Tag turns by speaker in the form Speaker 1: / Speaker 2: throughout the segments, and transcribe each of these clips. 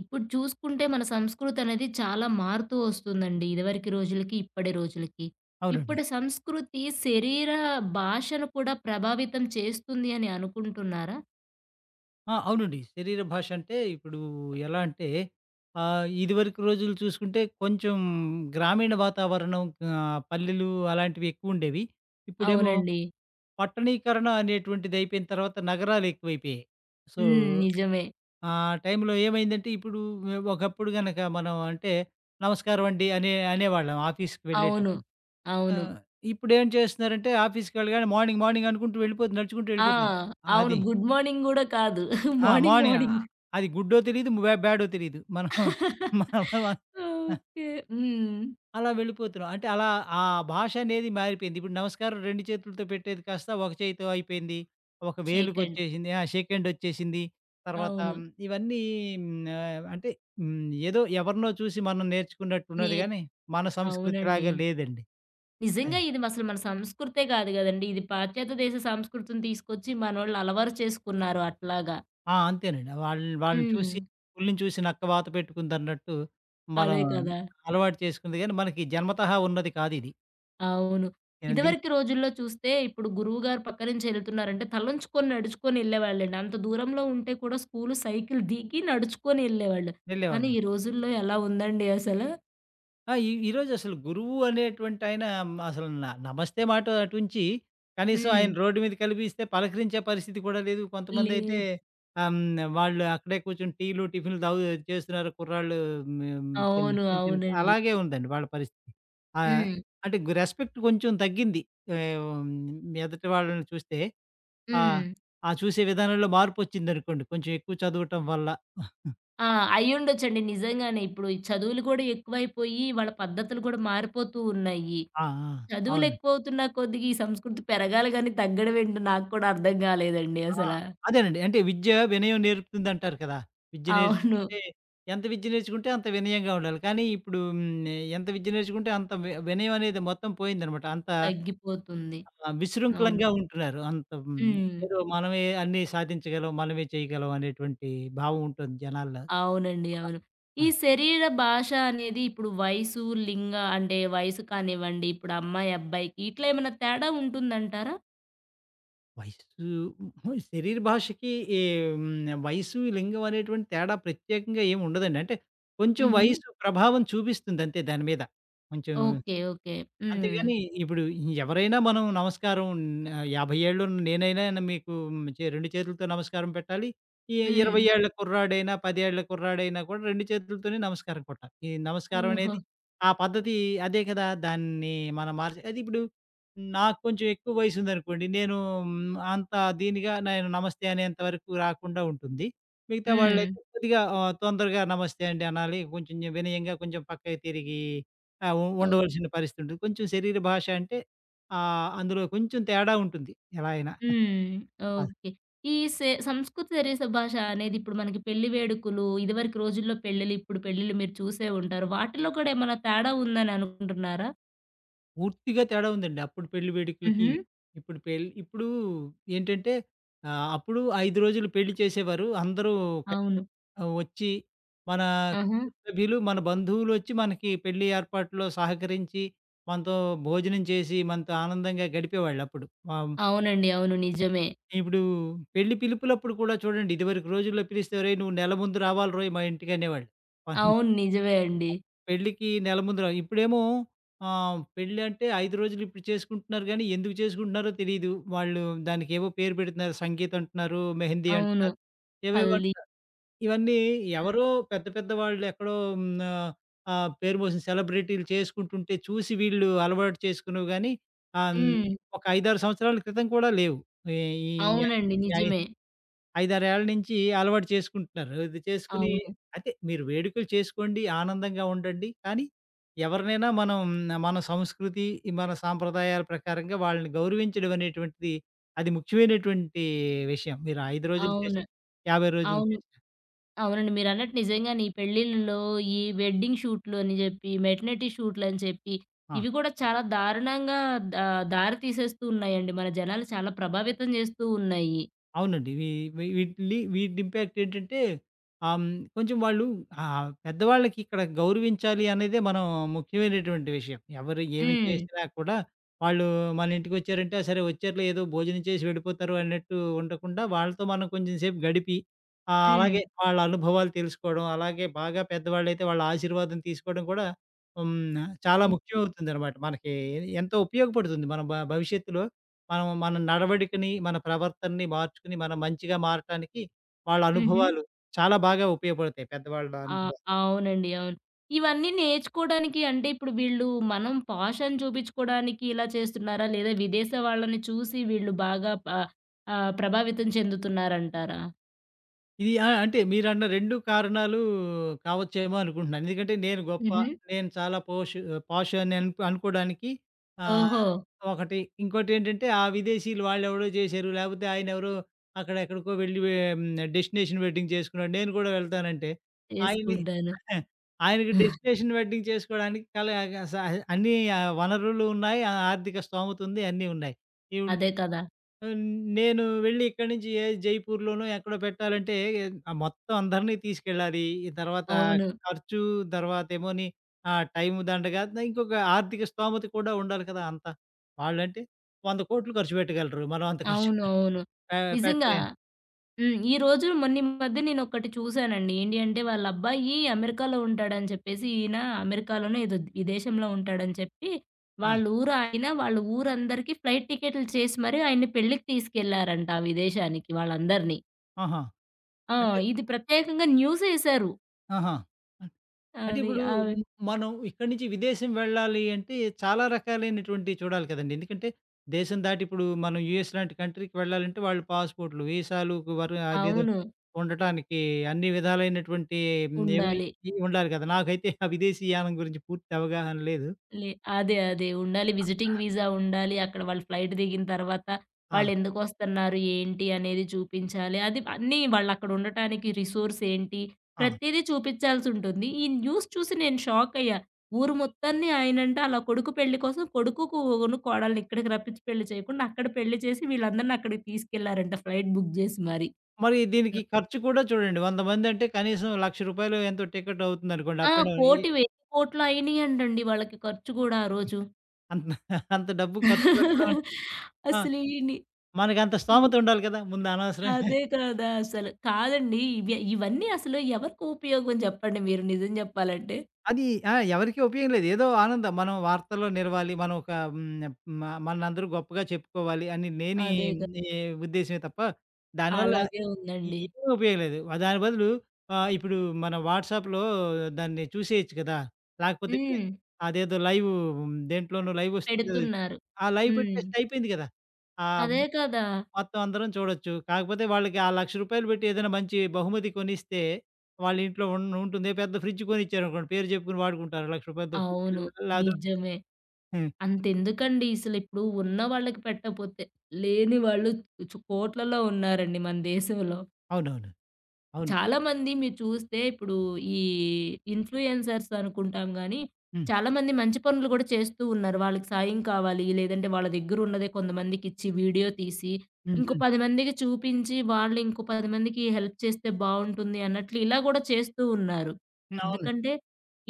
Speaker 1: ఇప్పుడు చూసుకుంటే మన సంస్కృతి అనేది చాలా మారుతూ వస్తుందండి. ఇదివరకి రోజులకి, ఇప్పటి రోజులకి.
Speaker 2: అవునండి.
Speaker 1: ఇప్పటి సంస్కృతి శరీర భాషను కూడా ప్రభావితం చేస్తుంది అని అనుకుంటున్నారా?
Speaker 2: ఆ! అవునండి. శరీర భాష అంటే ఇప్పుడు ఎలా అంటే ఇదివరకు రోజులు చూసుకుంటే కొంచెం గ్రామీణ వాతావరణం, పల్లెలు అలాంటివి ఎక్కువుండేవి. ఇప్పుడేమో
Speaker 1: అవునండి.
Speaker 2: పట్టణీకరణ అనేటువంటిది అయిపోయిన తర్వాత నగరాలు ఎక్కువైపోయాయి. సో,
Speaker 1: హ్మ్. నిజమే.
Speaker 2: ఆ టైంలో ఏమైందంటే ఇప్పుడు ఒకప్పుడు గనక మనం అంటే నమస్కారం అండి అనే అనేవాళ్ళం ఆఫీస్‌కి
Speaker 1: అవును.
Speaker 2: వెళ్ళేటప్పుడు. ఆ!
Speaker 1: అవును.
Speaker 2: ఇప్పుడేం చేస్తున్నారంటే ఆఫీస్‌కి వెళ్ళగానే మార్నింగ్ మార్నింగ్ అనుకుంటూ వెళ్ళిపోతు నడుచుకుంటూ
Speaker 1: ఆ!
Speaker 2: వెళ్ళిపోతున్నారు.
Speaker 1: అవును.
Speaker 2: అది.
Speaker 1: గుడ్ మార్నింగ్ గూడా కాదు.
Speaker 2: ఆ!
Speaker 1: Morning,
Speaker 2: morning.
Speaker 1: మార్నింగ్.
Speaker 2: అది గుడ్డో తెలీదు, బ్యాడో తెలీదు. మనం మనం
Speaker 1: ఓకే. హ్మ్.
Speaker 2: అలా వెళ్ళిపోతున్నాం. అంటే అలా ఆ భాష అనేది మారిపోయింది. ఇప్పుడు నమస్కారం 2 చేతులతో పెట్టేది కాస్త ఒక చేయితో అయిపోయింది. ఒక
Speaker 1: షేక్ హ్యాండ్.
Speaker 2: వేలుకొచ్చేసింది. ఆ! షేక్ హ్యాండ్ వచ్చేసింది. తర్వాత
Speaker 1: అవును.
Speaker 2: ఇవన్నీ అంటే హ్మ్, ఏదో ఎవరినో చూసి మనం నేర్చుకున్నట్టు
Speaker 1: నే
Speaker 2: ఉన్నది గానీ, మన
Speaker 1: అవునండి.
Speaker 2: సంస్కృతిలాగా లేదండి.
Speaker 1: నిజంగా
Speaker 2: అది.
Speaker 1: ఇది అసలు మన సంస్కృతే కాదు గదండీ! ఇది పాశ్చాత్య దేశ సంస్కృతిని తీసుకొచ్చి మనోళ్ళు అలవాటు చేసుకున్నారు అట్లాగా.
Speaker 2: ఆ! అంతేనండి. వాళ్ళని
Speaker 1: హ్మ్.
Speaker 2: చూసి పులిని చూసి నక్క వాత పెట్టుకుందన్నట్టు మనం
Speaker 1: అదే కదా!
Speaker 2: అలవాటు చేసుకుంది గానీ, మనకి జన్మతహా ఉన్నది కాదిది.
Speaker 1: అవును.
Speaker 2: ఎది
Speaker 1: ఇదివరకి రోజుల్లో చూస్తే ఇప్పుడు గురువుగారు పక్క నుంచి ఎళ్తున్నారంటే తలంచుకొని నడుచుకొని ఎళ్ళేవాళ్ళండి. అంత దూరంలో ఉంటే కూడా స్కూలు సైకిల్ దిగి నడుచుకొని ఎళ్ళేవాళ్ళు. కానీ
Speaker 2: వెళ్ళేవాళ్ళు.
Speaker 1: ఈ రోజుల్లో ఎలా ఉందండి అసలు?
Speaker 2: ఆ! ఈరోజు అసలు గురువు అనేటువంటి ఆయన, అసలు నమస్తే మాట అటుంచి, కనీసం
Speaker 1: హ్మ్.
Speaker 2: ఆయన రోడ్డు మీద కనిపిస్తే పలకరించే పరిస్థితి కూడా లేదు. కొంతమందైతే
Speaker 1: లేదు.
Speaker 2: ఆహ్, హ్మ్. వాళ్ళు అక్కడే కూర్చొని టీలు, టిఫిన్‌లు చేస్తున్నారు కుర్రాళ్ళు. హ్మ్. చిన్న
Speaker 1: అవును.
Speaker 2: చిన్న చిన్న
Speaker 1: అవునండి.
Speaker 2: అలాగే ఉందండి వాళ్ళ పరిస్థితి. ఆహ్,
Speaker 1: హ్మ్.
Speaker 2: అంటే రెస్పెక్ట్ కొంచెం తగ్గింది. ఆహ్, ఎదుటి వాళ్ళని చూస్తే ఆహ్,
Speaker 1: హ్మ్.
Speaker 2: ఆ చూసే విధానంలో మార్పొచ్చిందనుకోండి. కొంచెం ఎక్కువ చదవటం వల్ల.
Speaker 1: ఆ! అయ్యుండొచ్చండి నిజంగానే. ఇప్పుడు ఈ చదువులు కూడా ఎక్కువైపోయి, వాళ్ళ పద్ధతులు కూడా మారిపోతూ ఉన్నాయి.
Speaker 2: ఆ!
Speaker 1: అవును.
Speaker 2: ఆ!
Speaker 1: చదువులు
Speaker 2: అవును.
Speaker 1: ఎక్కువవుతున్న కొద్దిగా ఈ సంస్కృతి పెరగాలి గానీ, తగ్గడం ఏంటో నాకు కూడా అర్థం కాలేదండి
Speaker 2: ఆ!
Speaker 1: అసల.
Speaker 2: అదేనండి. అంటే విద్య వినయం నేర్పుతుందంటారు కదా! విద్య
Speaker 1: అవును.
Speaker 2: నేర్చుకుంటే, ఎంత విద్య నేర్చుకుంటే అంత వినయంగా ఉండాలి. కానీ ఇప్పుడు ఎంత విద్య నేర్చుకుంటే అంత వినయం అనేది మొత్తం పోయిందనమాట. అంత
Speaker 1: తగ్గిపోతుంది. అవును.
Speaker 2: విశృంఖలంగా ఉంటున్నారు. అంత,
Speaker 1: హ్మ్.
Speaker 2: ఏదో మనమే అన్నీ సాధించగలం, మనమే చేయగలం అనేటువంటి భావం ఉంటుంది జనాల్లో
Speaker 1: అవునండి.
Speaker 2: కూడా.
Speaker 1: అవును.
Speaker 2: ఆ!
Speaker 1: ఈ శరీర భాష అనేది ఇప్పుడు వయసు, లింగ అంటే వయసు కానివ్వండి, ఇప్పుడు అమ్మాయి, అబ్బాయికి ఇట్లా ఏమైనా తేడా ఉంటుందంటారా?
Speaker 2: వయస్సు శరీర భాషకి ఈ వయసు, లింగం అనేటువంటి తేడా ప్రత్యేకంగా ఏమి ఉండదండి. అంటే కొంచెం
Speaker 1: హుహు.
Speaker 2: వయసు ప్రభావం చూపిస్తుందంతే దాని మీద. కొంచెం.
Speaker 1: ఓకే. ఓకే. హ్మ్.
Speaker 2: అంతేగాని ఇప్పుడు ఎవరైనా మనం నమస్కారం, 50 ఏళ్ళు ఉన్న నేనైనా మీకు 2 చేతులతో నమస్కారం పెట్టాలి. ఈ
Speaker 1: హ్మ్.
Speaker 2: 20 ఏళ్ల కుర్రాడైనా, 10 ఏళ్ల కుర్రాడైనా కూడా 2 చేతులతోనే నమస్కారం కొట్టాలి. ఈ నమస్కారం
Speaker 1: ఓహో!
Speaker 2: అనేది ఆ పద్ధతి అదే కదా! దాన్ని మనం మార్చి, అది ఇప్పుడు నాకు కొంచెం ఎక్కువ వయసు ఉందనుకోండి. నేను అంత దీనిగా నేను నమస్తే అనేంత వరకు రాకుండా ఉంటుంది. మిగతా
Speaker 1: హ్మ్.
Speaker 2: వాళ్ళైతే కొద్దిగా తొందరగా నమస్తే అండి అనాలి. కొంచెం వినయంగా కొంచెం పక్కకి తిరిగి ఆ!
Speaker 1: ఓకే.
Speaker 2: ఉండవలసిన పరిస్థితి ఉంటుంది. కొంచెం శరీర భాష అంటే అందులో కొంచెం తేడా ఉంటుంది ఎలా అయినా.
Speaker 1: హ్మ్.
Speaker 2: ఆ!
Speaker 1: ఓకే. ఈ సె సంస్కృత శరీర భాష అనేది ఇప్పుడు మనకి పెళ్లి వేడుకలు, ఇదివరకు రోజుల్లో పెళ్ళిళ్ళు, ఇప్పుడు పెళ్ళిళ్ళు మీరు చూసే ఉంటారు. వాటిలో కూడా ఏమైనా తేడా ఉందని అనుకుంటున్నారా?
Speaker 2: పూర్తిగా తేడా ఉందండి. అప్పుడు పెళ్లి వేడుకలకి,
Speaker 1: హుహు.
Speaker 2: ఇప్పుడు ఇప్పుడు ఏంటంటే అప్పుడు 5 రోజులు పెళ్లి చేసేవారు. అందరూ క
Speaker 1: అవును.
Speaker 2: వచ్చి, మన
Speaker 1: ఆహా!
Speaker 2: కుటుంబ సభ్యులు, మన బంధువులొచ్చి మనకి పెళ్లి ఏర్పాట్లో సహకరించి, మనతో భోజనం చేసి, మనతో ఆనందంగా గడిపేవాళ్ళప్పుడు. ఆహ్
Speaker 1: అవునండి. అవును. నిజమే.
Speaker 2: ఇప్పుడు పెళ్లి పిలుపులప్పుడు కూడా చూడండి, ఇదివరకు రోజుల్లో పిలిస్తే "ఒరేయ్! నువ్వు నెల ముందు రావాలి రోయ్ మా ఇంటికి" అనేవాళ్ళు. వాళ్ళు
Speaker 1: అవును. నిజమే అండి.
Speaker 2: పెళ్ళికి నెల ముందు రా ఇప్పుడేమో పెళ్లి అంటే 5 రోజులు ఇప్పుడు చేసుకుంటున్నారు గానీ, ఎందుకు చేసుకుంటున్నారో తెలీదు. వాళ్ళు దానికేవో పేరు పెడుతున్నారు. సంగీత్ అంటున్నారు, మెహందీ
Speaker 1: అవును.
Speaker 2: అంటున్నారు, ఏవేవో
Speaker 1: హల్దీ.
Speaker 2: అంటున్నారు. ఇవన్నీ ఎవరో పెద్ద పెద్ద వాళ్ళు ఎక్కడో, పేరు మోసిన సెలబ్రిటీలు చేసుకుంటుంటే చూసి వీళ్ళు అలవాటు చేసుకున్నవి గానీ, ఆహ్, హ్మ్,
Speaker 1: హ్మ్.
Speaker 2: ఒక 5, 6 సంవత్సరాల క్రితం కూడా లేవు. ఈ
Speaker 1: అవునండి.
Speaker 2: ఈ ఐ
Speaker 1: నిజమే.
Speaker 2: 5, 6 ఏళ్ల నుంచి అలవాటు చేసుకుంటున్నారు. ఇది చేసుకొని,
Speaker 1: అవును.
Speaker 2: అంటే మీరు వేడుకలు చేసుకోండి, ఆనందంగా ఉండండి. కానీ ఎవరినైనా మనం, మన సంస్కృతి, మన సాంప్రదాయాల ప్రకారంగా వాళ్ళని గౌరవించడం అనేటువంటిది అది ముఖ్యమైనటువంటి విషయం. మీరు 5 రోజులు
Speaker 1: అవును.
Speaker 2: చేసినా, 50 రోజులు
Speaker 1: అవును.
Speaker 2: చేసినా.
Speaker 1: అవునండి. మీరన్నట్టు నిజంగానే ఈ పెళ్ళిళ్ళలో, ఈ వెడ్డింగ్ షూట్‌లు అని జెప్పి, మెటర్నిటీ షూట్‌లు అని చెప్పి,
Speaker 2: ఆ!
Speaker 1: ఇవి గూడా చాలా దారుణంగా దా దారి తీసేస్తూ ఉన్నాయండి. మన జనాలు చాలా ప్రభావితం జేస్తూ ఉన్నాయి.
Speaker 2: అవునండి. వీ వీ వీటిలి వీటి ఇంపాక్ట్ ఏంటంటే ఆహ్, హ్మ్, కొంచెం వాళ్ళు, పెద్దవాళ్ళకి ఇక్కడ గౌరవించాలి అనేదే మనం ముఖ్యమైనటువంటి విషయం. ఎవరు ఏమి
Speaker 1: హ్మ్.
Speaker 2: చేసినా కూడా వాళ్ళు మన ఇంటికొచ్చారంటే, సరే వచ్చారులే ఏదో భోజనం చేసి వెళ్ళిపోతారు అన్నట్టు ఉండకుండా, వాళ్ళతో మనం కొంచెం సేపు గడిపి,
Speaker 1: హ్మ్.
Speaker 2: అలాగే వాళ్ళ అనుభవాలు తెలుసుకోవడం, అలాగే బాగా పెద్దవాళ్ళైతే వాళ్ళ ఆశీర్వాదం తీసుకోవడం కూడా చాలా
Speaker 1: ఇప్
Speaker 2: ముఖ్యమవుతుందనమాట. మనకి ఎంతో ఉపయోగపడుతుంది మన భవిష్యత్తులో. మనం మన నడవడికని, మన ప్రవర్తనని మార్చుకొని, మనం మంచిగా మారటానికి వాళ్ళ
Speaker 1: హుహు.
Speaker 2: అనుభవాలు చాలా బాగా ఉపయోగపడతాయి. పెద్దవాళ్ళ
Speaker 1: ఆ!
Speaker 2: అనుభవాలు.
Speaker 1: అవునండి. అవును. ఇవన్నీ నేర్చుకోడానికి అంటే ఇప్పుడు వీళ్ళు మనం పాష్ అని చూపించుకోడానికి ఇలా చేస్తున్నారా? లేదా విదేశ వాళ్ళని చూసి వీళ్ళు బాగా ఆహ్, ప్రభావితం చెందుతున్నారంటారా?
Speaker 2: ఇది, ఆ! అంటే మీరన్న 2 కారణాలు కావచ్చేమో అనుకుంటున్నాను. ఎందుకంటే నేను గొప్ప,
Speaker 1: హుహు.
Speaker 2: నేను చాలా పాష్ అని అనుకోడానికి ఆహ్,
Speaker 1: ఓహో!
Speaker 2: ఒకటి. ఇంకోటేంటంటే, ఆ విదేశీయులు వాళ్ళెవడో చేశారు. లేకపోతే ఆయనెవరో అక్కడ ఎక్కడికో వెళ్ళి వే హ్మ్. డెస్టినేషన్ వెడ్డింగ్ చేసుకున్నాడు. నేను కూడా వెళ్తానంటే ఆయన్ని
Speaker 1: చేసుకుంటాను.
Speaker 2: ఆయనకి డెస్టినేషన్ వెడ్డింగ్ చేసుకోవడానికి కల స అన్ని ఆ, వనరులు ఉన్నాయి. ఆ, ఆర్థిక స్తోమత ఉంది. అన్నీ ఉన్నాయి. ఈవిడ,
Speaker 1: అదే కదా!
Speaker 2: ఆహ్, నేను వెళ్ళి ఇక్కడి నుంచి ఏ జైపూర్‌లోనో ఎక్కడో పెట్టాలంటే ఆ మొత్తం అందరిని తీసుకెళ్ళాలి. ఈ తర్వాత
Speaker 1: అవును.
Speaker 2: ఖర్చు, తర్వాతేమోని ఆ టైం దండగా, ఇంకొక ఆర్థిక స్థోమత కూడా ఉండాలి కదా! అంతా. వాళ్ళంటే 100,00,00,000 ఖర్చు పెట్టగలరు. మనం అంత ఖర్చు
Speaker 1: అవును. అవును.
Speaker 2: పె
Speaker 1: నిజంగా.
Speaker 2: పెట్టలేం.
Speaker 1: హ్మ్. ఈ రోజు మొన్న ఈ మధ్య నేనొకటి చూసానండి. ఏంటి అంటే వాళ్ళ అబ్బాయి అమెరికాలో ఉంటాడని చెప్పేసి, ఈయన అమెరికాలోనే ఏదో విదేశంలో ఉంటాడని చెప్పి,
Speaker 2: ఆ!
Speaker 1: వాళ్ళ ఊరు ఆయన, వాళ్ళ ఊరందరికీ ఫ్లైట్ టికెట్లు చేసి మరి ఆయన్ని పెళ్ళికి తీసుకెళ్లారంట ఆ విదేశానికి వాళ్ళందరిని.
Speaker 2: ఆహా!
Speaker 1: ఆ!
Speaker 2: అంటే
Speaker 1: ఇది ప్రత్యేకంగా న్యూసేశారు.
Speaker 2: ఆహా! అంటే
Speaker 1: అది
Speaker 2: ఇప్పుడు
Speaker 1: ఆహ్,
Speaker 2: మ్ మనం ఇక్కడి నుంచి విదేశం వెళ్ళాలి అంటే చాలా రకాలైనటువంటివి చూడాలి కదండీ! ఎందుకంటే దేశం దాటి ఇప్పుడు మనం యూఎస్ లాంటి కంట్రీకి వెళ్ళాలంటే, వాళ్ళు పాస్‌పోర్ట్‌లు, వీసాలు, వరు అదేదో
Speaker 1: అవును.
Speaker 2: ఉండటానికి అన్ని విధాలైనటువంటి ఏవో
Speaker 1: ఉండాలి.
Speaker 2: ఇవి ఉండాలి కదా! నాకైతే ఆ విదేశీ యానం గురించి పూర్తి అవగాహన లేదు.
Speaker 1: లే అదే. అదే. ఉండాలి. విజిటింగ్ వీసా ఉండాలి. అక్కడ వాళ్ళు ఫ్లైట్ దిగిన తర్వాత
Speaker 2: ఆ!
Speaker 1: వాళ్ళెందుకొస్తున్నారు, ఏంటి అనేది చూపించాలి. అది అన్నీ వాళ్ళక్కడ ఉండటానికి రిసోర్స్ ఏంటి,
Speaker 2: ఆ!
Speaker 1: ప్రతీదీ చూపించాల్సుంటుంది. ఈ న్యూస్ చూసి నేను షాకయ్యా. ఊరు మొత్తాన్ని ఆయనంట అలా కొడుకు పెళ్లి కోసం కొడుకుకును, కోడల్ని ఇక్కడికి రప్పించి పెళ్లి చేయకుండా అక్కడ పెళ్లి చేసి వీళ్ళందరిని అక్కడికి తీసుకెళ్లారంట ఫ్లైట్ బుక్ జేసి మరి.
Speaker 2: మరి దీనికి
Speaker 1: హ్మ్.
Speaker 2: ఖర్చు కూడా చూడండి. 100 మంది అంటే కనీసం రూ. 1,00,000 ఎంతో టికెట్ అవుతుందనుకోండి.
Speaker 1: ఆ!
Speaker 2: Up and down. ఈ
Speaker 1: కోటి, వెయ్యి కోట్లు అయినియంటండి వాళ్ళకి ఖర్చు గూడా ఆ రోజు.
Speaker 2: అంత అంత డబ్బు ఖర్చు పెట్టడం అంటే ఆ!
Speaker 1: అసలు ఈని
Speaker 2: మనకంత
Speaker 1: హ్మ్.
Speaker 2: స్తోమత ఉండాలి కదా! ముందు అనవసరంగా
Speaker 1: అదే కదా అసలు. కాదండి. ఇవన్నీ అసలు ఎవరికి ఉపయోగం జెప్పండి మీరు నిజం జెప్పాలంటే?
Speaker 2: అది, ఆ! ఎవరికీ ఉపయోగం లేదు. ఏదో ఆనందం. మనం వార్తల్లో నిలవాలి, మనం ఒక హ్మ్. మ మనందరూ గొప్పగా చెప్పుకోవాలి అని, లేని
Speaker 1: అదే గ
Speaker 2: ఈ ఉద్దేశ్యమే తప్ప, దానివల్ల
Speaker 1: అలాగే ఉందండి.
Speaker 2: ఏమీ ఉపయోగం లేదు. ఆ, దాని బదులు ఇప్పుడు మన వాట్సాప్‌లో దాన్ని చూసేయొచ్చు కదా! లేకపోతే
Speaker 1: హ్మ్.
Speaker 2: అదేదో లైవ్ దేంట్లోనో లైవ్ వస్తుంది కదా,
Speaker 1: పెడుతున్నారు.
Speaker 2: ఆ లైవ్
Speaker 1: హ్మ్.
Speaker 2: పెట్టేస్తే అయిపోయింది కదా! ఆ!
Speaker 1: అదే కదా!
Speaker 2: మొత్తం అందరం చూడొచ్చు. కాకపోతే వాళ్ళకి ఆ రూ. 1,00,000 పెట్టి ఏదైనా మంచి బహుమతి కొనిస్తే వాళ్ళ ఇంట్లో ఉంటుంది. పెద్ద ఫ్రిడ్జ్ కొనిచ్చారనుకోండి, పేరు చెప్పుకొని వాడుకుంటారు. రూ. 1,00,000తో ఫ్రిడ్జ్
Speaker 1: అవును.
Speaker 2: లేదో.
Speaker 1: నిజమే.
Speaker 2: హ్మ్.
Speaker 1: అంతెందుకండి అసలిప్పుడు ఉన్న వాళ్ళకి పెట్టకపోతే, లేని వాళ్ళు కోట్లలో ఉన్నారండి మన దేశంలో.
Speaker 2: అవునవును. అవును.
Speaker 1: చాలామంది మీరు చూస్తే ఇప్పుడు ఈ ఇన్‌ఫ్లుయెన్సర్స్ అనుకుంటాం గానీ,
Speaker 2: హ్మ్.
Speaker 1: చాలామంది మంచి పనులు గూడా చేస్తూ ఉన్నారు. వాళ్ళకి సాయం కావాలి, లేదంటే వాళ్ళ దగ్గరున్నదే కొంతమందికిచ్చి వీడియో తీసి,
Speaker 2: హ్మ్.
Speaker 1: ఇంకో
Speaker 2: హ్మ్.
Speaker 1: 10 మందికి చూపించి, వాళ్ళు ఇంకో 10 మందికి హెల్ప్ చేస్తే బావుంటుంది అన్నట్లు ఇలా గూడా చేస్తూ ఉన్నారు.
Speaker 2: అవును.
Speaker 1: ఎందుకంటే,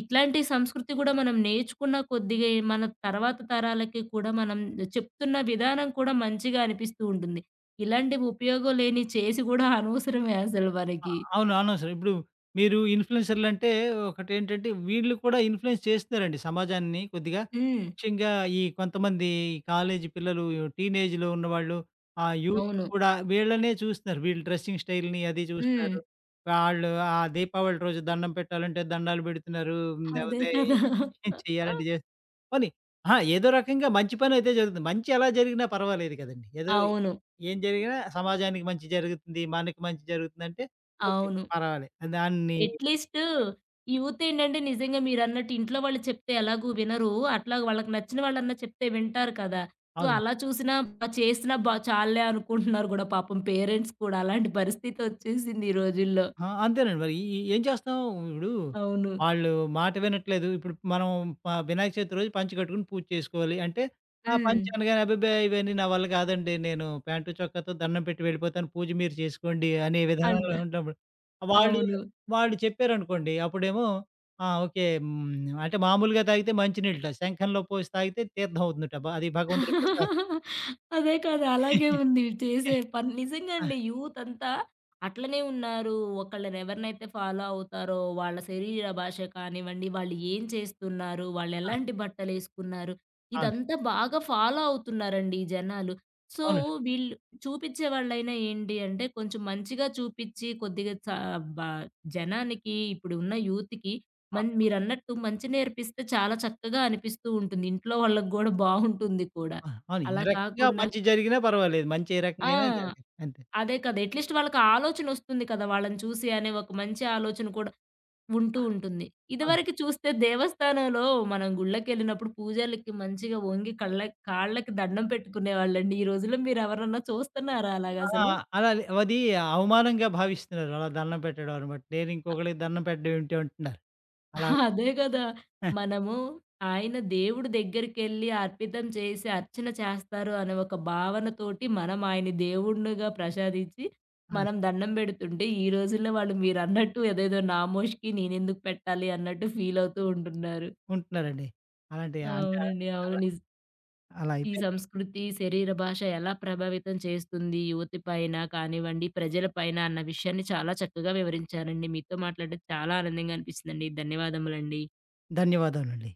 Speaker 1: ఇట్లాంటి సంస్కృతి గూడా మనం నేర్చుకున్న కొద్దిగా మన తర్వాత తరాలకి కూడా మనం చెప్తున్న విధానం కూడా మంచిగా అనిపిస్తూ ఉంటుంది. ఇలాంటివి ఉపయోగం లేనివి చేసి గూడా అనవసరమే అసలు
Speaker 2: ఆ!
Speaker 1: మనకి.
Speaker 2: అవును. అనవసరం. ఇప్పుడు మీరు ఇన్‌ఫ్లుయెన్సర్‌లంటే, ఒకటేంటంటే వీళ్ళు కూడా ఇన్‌ఫ్లుయెన్స్ చేస్తున్నారండి సమాజాన్ని కొద్దిగా.
Speaker 1: హ్మ్.
Speaker 2: ముఖ్యంగా ఈ కొంతమంది కాలేజీ పిల్లలు, టీనేజ్‌లో ఉన్నవాళ్ళు, ఆ యూత్
Speaker 1: అవును.
Speaker 2: కూడా వీళ్ళనే చూస్తున్నారు. వీళ్ళు డ్రెస్సింగ్ స్టైల్‌ని అది
Speaker 1: హ్మ్.
Speaker 2: చూస్తున్నారు. వాళ్ళు ఆ దీపావళి రోజు దండం పెట్టాలంటే దండాలు పెడుతున్నారు.
Speaker 1: అదే
Speaker 2: లేపోతే
Speaker 1: కదా!
Speaker 2: ఏం చేయాలంటే పోనీ అహా! ఏదో రకంగా మంచి పనైతే జరుగుతుంది. మంచి ఎలా జరిగినా పర్వాలేదు కదండీ. ఏదో
Speaker 1: అవును.
Speaker 2: ఏం జరిగినా సమాజానికి మంచి జరుగుతుంది. మనకి మంచి జరుగుతుందంటే ఓకే.
Speaker 1: అవును.
Speaker 2: పర్వాలే. దాన్ని.
Speaker 1: అట్‌లీస్టు యూత్ ఏంటంటే నిజంగా మీరన్నట్టు ఇంట్లో వాళ్ళు చెప్తే ఎలాగూ వినరు. అట్లా వాళ్ళకి నచ్చిన వాళ్ళన్నా చెప్తే వింటారు కదా! సో,
Speaker 2: అవును.
Speaker 1: అలా చూసినా చేసినా చాల్లే అనుకుంటున్నారు గూడా పాపం పేరెంట్స్ కూడా. అలాంటి పరిస్థితొచ్చేసింది ఈ రోజుల్లో.
Speaker 2: ఆ! అంతేనండి మరి. ఈ ఈ- ఏం చేస్తాం. ఇప్పుడు
Speaker 1: అవును.
Speaker 2: వాళ్ళు మాట వినట్లేదు. ఇప్పుడు మనం వినాయక చవితి రోజు పంచె కట్టుకొని పూజ చేసుకోవాలి అంటే, ఆ
Speaker 1: హ్మ్.
Speaker 2: పంచె అనగానే అబ్బబ్బే! ఇవన్నీ నా వల్ల కాదండి. నేను ప్యాంటు, చొక్కాతో దండం పెట్టి వెళ్ళిపోతాను. పూజ మీరు చేసుకోండి అనే
Speaker 1: అంట
Speaker 2: విధానంలో ఉంటాము. వాళ్ళు
Speaker 1: అవును.
Speaker 2: వాళ్ళు చెప్పారనుకోండి అప్పుడేమో ఆ! ఓకే. హ్మ్. అంటే మామూలుగా తాగితే మంచినీళ్ళుట. శంఖంలో పోసి తాగితే తీర్థం అవుతుందట. అది భగవంతుడి ప్రసాదం.
Speaker 1: అదే కాదు. అలాగే ఉంది చేసే పని. నిజంగా
Speaker 2: ఆ!
Speaker 1: అండి యూత్ అంతా అట్లనే ఉన్నారు. ఒకళ్ళని ఎవరినైతే ఫాలో అవుతారో వాళ్ళ శరీర భాష కానివ్వండి, వాళ్ళు ఏం చేస్తున్నారు, వాళ్ళు
Speaker 2: ఆ!
Speaker 1: ఎలాంటి బట్టలేసుకున్నారు,
Speaker 2: అవును.
Speaker 1: ఇదంతా బాగా ఫాలో అవుతున్నారండి ఈ జనాలు. సో,
Speaker 2: అవునండి.
Speaker 1: వీళ్ళు చూపిచ్చే వాళ్ళైనా ఏంటి అంటే కొంచెం మంచిగా చూపిచ్చి కొద్దిగా బ జనానికి ఇప్పుడున్న యూత్‌కి మీరన్నట్టు మంచి నేర్పిస్తే చాలా చక్కగా అనిపిస్తూ ఉంటుంది. ఇంట్లో వాళ్ళకి గూడా బావుంటుంది కూడా.
Speaker 2: ఆ! అవును. ఏ
Speaker 1: అలా
Speaker 2: రకంగా
Speaker 1: కాకుండా
Speaker 2: మంచి జరిగినా పర్వాలేదు. మంచి ఏ
Speaker 1: ఆ!
Speaker 2: రకంగాయినా జరగాలి. అంతే.
Speaker 1: అదే కదా! అట్‌లీస్ట్ వాళ్ళకి ఆలోచనొస్తుంది కదా! వాళ్ళని చూసి అనే ఒక మంచి ఆలోచన కూడా ఉంటూ ఉంటుంది.
Speaker 2: అవును.
Speaker 1: ఇదివరకు చూస్తే దేవస్థానంలో మనం గుళ్ళకెళ్ళినప్పుడు పూజారులకి మంచిగా వంగి కాళ్ళకి దండం పెట్టుకునేవాళ్ళండి. ఈ రోజుల్లో మీరెవరన్నా చూస్తున్నారా
Speaker 2: ఆ!
Speaker 1: అలాగసలు?
Speaker 2: అలా అది అవమానంగా భావిస్తున్నారు. అలా దండం పెట్టడం అనమాట. నేను ఇంకొకళ్ళకి దండం పెట్టడం ఏంటి అంటున్నారు. అలా
Speaker 1: అదే గదా!
Speaker 2: ఆ!
Speaker 1: మనము ఆయన దేవుడి దగ్గరికెళ్ళి అర్పితం చేసి అర్చన చేస్తారు అనే ఒక భావనతోటి మనం ఆయన్ని దేవుడునిగా ప్రసాదించి,
Speaker 2: ఆ!
Speaker 1: మనం దండం బెడుతుంటే, ఈ రోజుల్లో వాళ్ళు మీరన్నట్టు అదేదో నా మోషికి నేనెందుకు పెట్టాలి అన్నట్టు ఫీలవుతూ ఉంటున్నారు.
Speaker 2: ఉంటున్నారండి. అలాంటి అంటే
Speaker 1: అవునండి. అవును.
Speaker 2: అలా అలా
Speaker 1: ఈ
Speaker 2: అయిపోయింది.
Speaker 1: సంస్కృతి, శరీర భాష ఎలా ప్రభావితం చేస్తుంది యువతి పైన కానివ్వండి, ప్రజల పైన అన్న విషయాన్ని చాలా చక్కగా వివరించారండి. మీతో మాట్లాడడం చాలా ఆనందంగా అనిపిచ్చిందండి. ధన్యవాదములండి.
Speaker 2: ధన్యవాదాలండి.